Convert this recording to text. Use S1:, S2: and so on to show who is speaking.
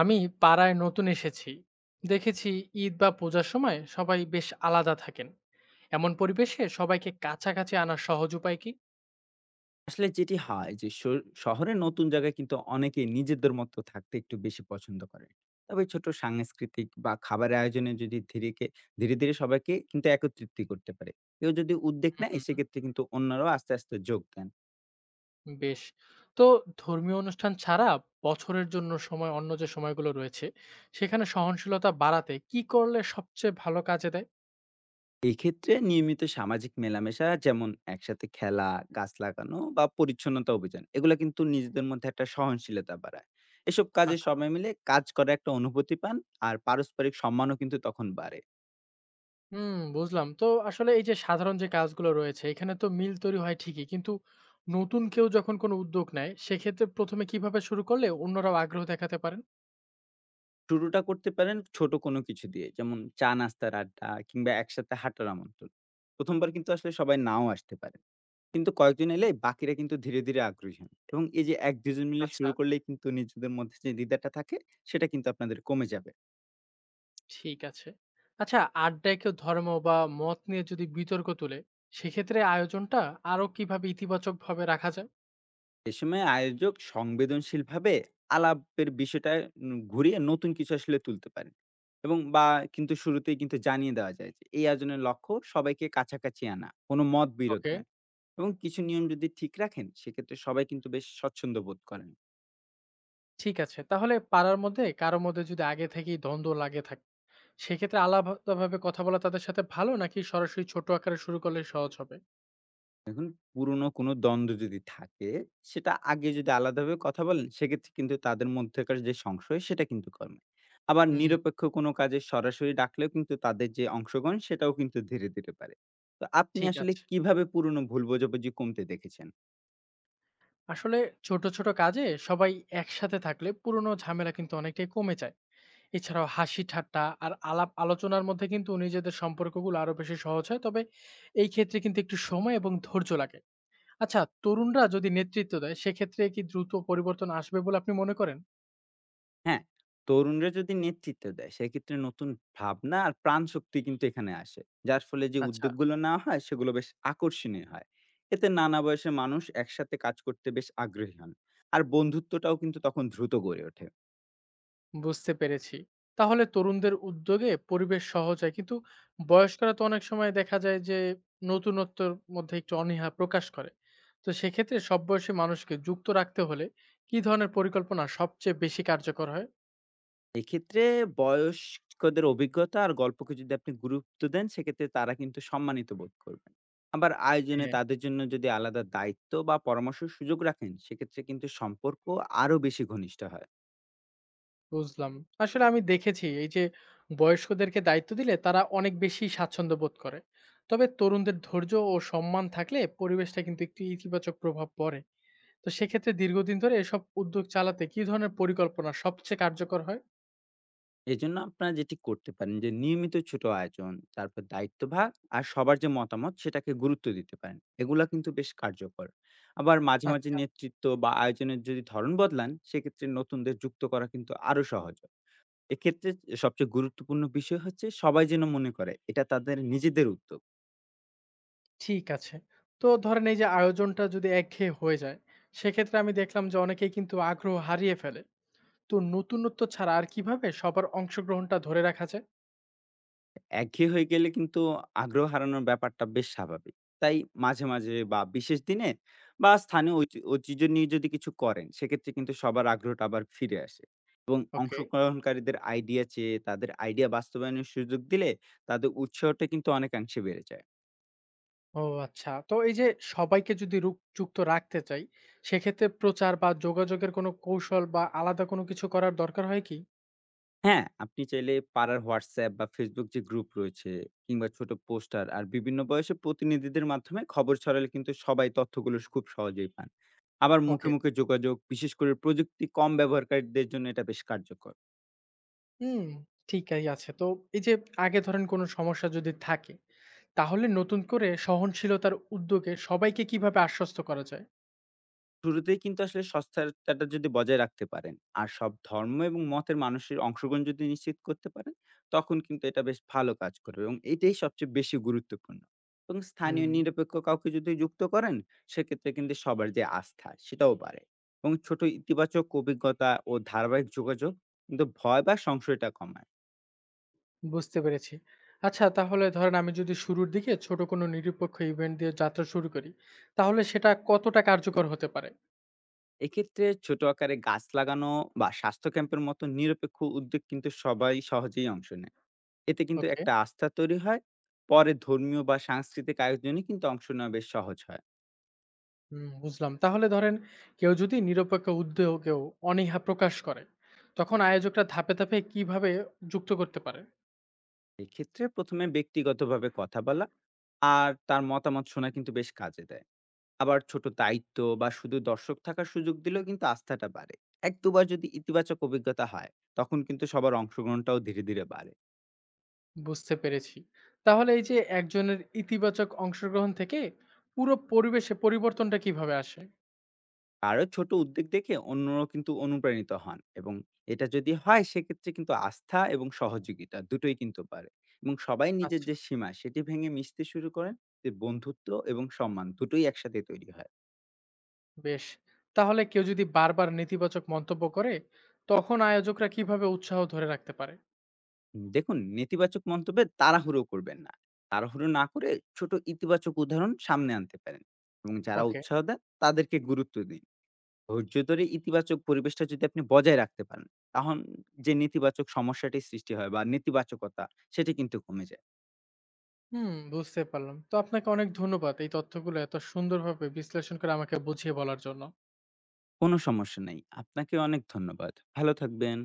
S1: আমি পাড়ায় নতুন এসেছি। দেখেছি ঈদ বা পূজার সময় সবাই বেশ আলাদা থাকেন। এমন পরিবেশে সবাইকে কাছাকাছি আনার সহজ উপায় কি?
S2: আসলে যেটি হয় যে শহরের নতুন জায়গায় কিন্তু অনেকেই নিজেদের মতো থাকতে একটু বেশি পছন্দ করেন। তবে ছোট সাংস্কৃতিক বা খাবারের আয়োজনে যদি ধীরে, ধীরে সবাইকে কিন্তু একত্রিত করতে পারে। কেউ যদি উদ্যোগ নেয়
S1: হুম,
S2: সেক্ষেত্রে কিন্তু অন্যরাও আস্তে, আস্তে যোগ দেন।
S1: বেশ। তো ধর্মীয় অনুষ্ঠান ছাড়া বছরের জন্য সময় অন্য যে সময়গুলো রয়েছে সেখানে সহনশীলতা বাড়াতে কি করলে সবচেয়ে ভালো কাজে দেয়?
S2: এক্ষেত্রে নিয়মিত সামাজিক মেলামেশা যেমন একসাথে খেলা, গাছ লাগানো বা পরিচ্ছন্নতা অভিযান এগুলা কিন্তু নিজেদের মধ্যে একটা সহনশীলতা বাড়ায়। এসব কাজে
S1: আঁকা
S2: সবাই মিলে কাজ করার একটা অনুভূতি পান, আর পারস্পরিক সম্মানও কিন্তু তখন বাড়ে।
S1: হুম, বুঝলাম। তো আসলে এই যে সাধারণ যে কাজগুলো রয়েছে এখানে তো মিল তৈরি হয় ঠিকই, কিন্তু নতুন কেউ যখন কোনো উদ্যোগ নেয় সেক্ষেত্রে প্রথমে কিভাবে শুরু করলে অন্যরাও আগ্রহ দেখাতে পারেন?
S2: শুরুটা করতে পারেন ছোট কোনো কিছু দিয়ে। যেমন চা নাস্তার আড্ডা কিংবা একসাথে হাঁটার আমন্ত্রণ। ১ম বার কিন্তু আসলে সবাই নাও আসতে পারে। কিন্তু কয়েকজন এলে বাকিরা কিন্তু ধীরে, ধীরে আগ্রহী হন। এবং এই যে ১-২ জন মিলে
S1: আচ্ছা,
S2: শুরু করলেই কিন্তু নিজেদের মধ্যে যে দ্বিধাটা থাকে, সেটা কিন্তু আপনাদের কমে যাবে।
S1: ঠিক আছে। আচ্ছা, আড্ডায় কেউ ধর্ম বা মত নিয়ে যদি বিতর্ক তুলে, সেক্ষেত্রে আয়োজনটা আরো কিভাবে ইতিবাচকভাবে রাখা যায়?
S2: এ সময় আয়োজক সংবেদনশীলভাবে আলাপের বিষয়টা ঘুরিয়ে নতুন কিছু আসলে তুলতে পারেন। এবং বা কিন্তু শুরুতেই কিন্তু জানিয়ে দেওয়া যায় যে এই আয়োজনের লক্ষ্য সবাইকে কাছাকাছি আনা, কোনো মতবিরোধ
S1: ওকে,
S2: নয়। এবং কিছু নিয়ম যদি ঠিক রাখেন, সেক্ষেত্রে সবাই কিন্তু বেশ স্বচ্ছন্দ্য বোধ করেন।
S1: ঠিক আছে। তাহলে পাড়ার মধ্যে কারো মধ্যে যদি আগে থেকেই দ্বন্দ্ব লাগে থাকে, সেক্ষেত্রে আলাদাভাবে কথা বলা তাদের সাথে ভালো নাকি সরাসরি ছোট আকারে শুরু করলে সহজ হবে?
S2: দেখুন, পুরনো কোনো দ্বন্দ্ব যদি থাকে, সেটা আগে যদি আলাদাভাবে কথা বলেন, সেক্ষেত্রে কিন্তু তাদের মধ্যেকার যে সংশয়, সেটা কিন্তু কমে। আবার
S1: হুম,
S2: নিরপেক্ষ কোনো কাজে সরাসরি ডাকলেও কিন্তু তাদের যে অংশগ্রহণ, সেটাও কিন্তু ধীরে, ধীরে বাড়ে। তো আপনি
S1: ঠিক
S2: আসলে
S1: আছে।
S2: কিভাবে পুরনো ভুল বোঝাবুঝি কমতে দেখেছেন?
S1: আসলে ছোট, ছোট কাজে সবাই একসাথে থাকলে পুরনো ঝামেলা কিন্তু অনেকটাই কমে যায়। এছাড়াও হাসি ঠাট্টা আর আলাপ আলোচনার মধ্যে কিন্তু নিজেদের সম্পর্কগুলো আরো বেশি সহজ হয়। তবে এই ক্ষেত্রে কিন্তু একটু সময় এবং ধৈর্য লাগে। আচ্ছা, তরুণরা যদি নেতৃত্ব দেয় সেক্ষেত্রে কি দ্রুত পরিবর্তন আসবে বলে আপনি মনে করেন?
S2: হ্যাঁ, তরুণরা যদি নেতৃত্ব দেয় সেক্ষেত্রে নতুন ভাবনা আর প্রাণশক্তি কিন্তু এখানে আসে। যার ফলে যে
S1: আচ্ছা,
S2: উদ্যোগগুলো নেওয়া হয় সেগুলো বেশ আকর্ষণীয় হয়। এতে নানা বয়সের মানুষ একসাথে কাজ করতে বেশ আগ্রহী হন। আর বন্ধুত্বটাও কিন্তু তখন দ্রুত গড়ে ওঠে।
S1: বুঝতে পেরেছি। তাহলে তরুণদের উদ্যোগে পরিবেশ সহজ হয়, কিন্তু বয়স্করা তো অনেক সময় দেখা যায় যে নতুনত্বর মধ্যে একটু অনীহা প্রকাশ করে। তো সেক্ষেত্রে সব বয়সী মানুষকে যুক্ত রাখতে হলে কি ধরনের পরিকল্পনা সবচেয়ে বেশি কার্যকর হয়?
S2: এক্ষেত্রে বয়স্কদের অভিজ্ঞতা আর গল্পকে যদি আপনি গুরুত্ব দেন সেক্ষেত্রে তারা কিন্তু সম্মানিত বোধ করবেন। আবার আয়োজনে
S1: হ্যাঁ,
S2: তাদের জন্য যদি আলাদা দায়িত্ব বা পরামর্শের সুযোগ রাখেন সেক্ষেত্রে কিন্তু সম্পর্ক আরো বেশি ঘনিষ্ঠ হয়।
S1: বুঝলাম। আসলে আমি দেখেছি এই যে বয়স্কদেরকে দায়িত্ব দিলে তারা অনেক বেশি স্বাচ্ছন্দ্য বোধ করে। তবে তরুণদের ধৈর্য ও সম্মান থাকলে পরিবেশটা কিন্তু একটি ইতিবাচক প্রভাব পড়ে। তো সেক্ষেত্রে দীর্ঘদিন ধরে এসব উদ্যোগ চালাতে কি ধরনের পরিকল্পনা সবচেয়ে কার্যকর হয়?
S2: এজন্য আপনারা যেটি করতে পারেন যে নিয়মিত ছোট আয়োজন, তারপর দায়িত্বভাগ আর সবার যে মতামত সেটাকে গুরুত্ব দিতে পারেন। এগুলা কিন্তু বেশ কার্যকর। আবার মাঝে, মাঝে
S1: আচ্ছা,
S2: নেতৃত্ব বা আয়োজনের যদি ধরন বদলান সেক্ষেত্রে নতুনদের যুক্ত করা কিন্তু আরো সহজ হয়। এক্ষেত্রে সবচেয়ে গুরুত্বপূর্ণ বিষয় হচ্ছে সবাই যেন মনে করে এটা তাদের নিজেদের উদ্যোগ।
S1: ঠিক আছে। তো ধরেন এই যে আয়োজনটা যদি একঘেয়ে হয়ে যায়, সেক্ষেত্রে আমি দেখলাম যে অনেকেই কিন্তু আগ্রহ হারিয়ে ফেলে। তো নতুনত্ব ছাড়া আর কিভাবে সবার অংশগ্রহণটা ধরে রাখা যায়?
S2: একঘেয়ে হয়ে গেলে কিন্তু আগ্রহ হারানোর ব্যাপারটা বেশ স্বাভাবিক। তাই মাঝে, মাঝে বা বিশেষ দিনে বা স্থানীয় ঐতিহ্য নিয়ে যদি কিছু করেন, সেক্ষেত্রে কিন্তু সবার আগ্রহটা আবার ফিরে আসে এবং
S1: ওকে।
S2: অংশগ্রহণকারীদের আইডিয়া চেয়ে তাদের আইডিয়া বাস্তবায়নের সুযোগ দিলে তাদের উৎসাহটা কিন্তু অনেকাংশে বেড়ে যায়।
S1: ও আচ্ছা। তো এই যে সবাইকে যদি যুক্ত রাখতে চাই, সেক্ষেত্রে প্রচার বা যোগাযোগের কোনো কৌশল বা আলাদা কোনো কিছু করার দরকার হয় কি?
S2: হ্যাঁ, আপনি চাইলে পাড়ার WhatsApp বা Facebook যে গ্রুপ রয়েছে কিংবা ছোট পোস্টার আর বিভিন্ন বয়সে প্রতিনিধিদের মাধ্যমে খবর ছড়ালে কিন্তু সবাই তথ্যগুলো খুব সহজেই পান। আবার মুখে,
S1: ওকে।
S2: মুখে যোগাযোগ বিশেষ করে প্রযুক্তি কম ব্যবহারকারীদের জন্য এটা বেশ কার্যকর।
S1: হুম, ঠিকই আছে। তো এই যে আগে ধরেন কোনো সমস্যা যদি থাকে, তাহলে নতুন করে সহনশীলতার উদ্যোগে সবাইকে কিভাবে আশ্বস্ত করা যায়?
S2: শুরুতেই কিন্তু আসলে স্বচ্ছতাটা যদি বজায় রাখতে পারেন আর সব ধর্ম এবং মতের মানুষের অংশগ্রহণ যদি নিশ্চিত করতে পারেন, তখন কিন্তু এটা বেশ ভালো কাজ করবে এবং এটাই সবচেয়ে বেশি গুরুত্বপূর্ণ। এবং স্থানীয়
S1: হুম,
S2: নিরপেক্ষ কাউকে যদি যুক্ত করেন, সেক্ষেত্রে কিন্তু সবার যে আস্থা সেটাও বাড়ে। এবং ছোট ইতিবাচক অভিজ্ঞতা ও ধারাবাহিক যোগাযোগ কিন্তু ভয় বা সংশয়টা কমায়।
S1: বুঝতে পেরেছি। আচ্ছা, তাহলে ধরেন আমি যদি শুরুর দিকে ছোট কোনো নিরপেক্ষ ইভেন্ট দিয়ে যাত্রা শুরু করি, তাহলে সেটা কতটা কার্যকর হতে পারে?
S2: এক্ষেত্রে ছোট আকারে গাছ লাগানো বা স্বাস্থ্য ক্যাম্পের মতো নিরপেক্ষ উদ্যোগ কিন্তু সবাই সহজেই অংশ নেয়। এতে কিন্তু
S1: ওকে।
S2: একটা আস্থা তৈরি হয়। পরে ধর্মীয় বা সাংস্কৃতিক আয়োজনে কিন্তু অংশ নেওয়া বেশ সহজ হয়।
S1: হুম, বুঝলাম। তাহলে ধরেন কেউ যদি নিরপেক্ষ উদ্যোগেও অনীহা প্রকাশ করে, তখন আয়োজকরা ধাপে, ধাপে কিভাবে যুক্ত করতে পারে?
S2: এক্ষেত্রে প্রথমে ব্যক্তিগতভাবে কথা বলা আর তার মতামত শোনা কিন্তু বেশ কাজে দেয়। আবার ছোট দায়িত্ব বা শুধু দর্শক থাকার সুযোগ দিলেও কিন্তু আস্থাটা বাড়ে। এক দুবার যদি ইতিবাচক অভিজ্ঞতা হয়, তখন কিন্তু সবার অংশগ্রহণটাও ধীরে ধীরে বাড়ে।
S1: বুঝতে পেরেছি। তাহলে এই যে একজনের ইতিবাচক অংশগ্রহণ থেকে পুরো পরিবেশে পরিবর্তনটা কিভাবে আসে?
S2: কারো ছোট উদ্যোগ দেখে অন্যরাও কিন্তু অনুপ্রাণিত হন এবং এটা যদি হয় সেক্ষেত্রে কিন্তু আস্থা এবং সহযোগিতা দুটোই কিন্তু পারে। এবং সবাই নিজের
S1: আচ্ছা,
S2: যে সীমা সেটি ভেঙে মিশতে শুরু করেন, যে বন্ধুত্ব এবং সম্মান দুটোই একসাথে তৈরি হয়।
S1: বেশ। তাহলে কেউ যদি বারবার নেতিবাচক মন্তব্য করে, তখন আয়োজকরা কিভাবে উৎসাহ ধরে রাখতে পারে?
S2: দেখুন, নেতিবাচক মন্তব্যে তাড়াহুড়ো করবেন না। তাড়াহুড়ো না করে ছোট ইতিবাচক উদাহরণ সামনে আনতে পারেন এবং যারা
S1: ওকে।
S2: উৎসাহ দেন তাদেরকে গুরুত্ব দিন। ধৈর্য ধরে ইতিবাচক পরিবেশটা যদি আপনি বজায় রাখতে পারেন, তখন যে নেতিবাচক সমস্যাটি সৃষ্টি হয় বা নেতিবাচকতা, সেটি কিন্তু কমে যায়।
S1: হুম, বুঝতে পারলাম। তো আপনাকে অনেক ধন্যবাদ এই তথ্যগুলো এত সুন্দরভাবে বিশ্লেষণ করে আমাকে বুঝিয়ে বলার জন্য।
S2: কোনো সমস্যা নাই। আপনাকে অনেক ধন্যবাদ। ভালো থাকবেন।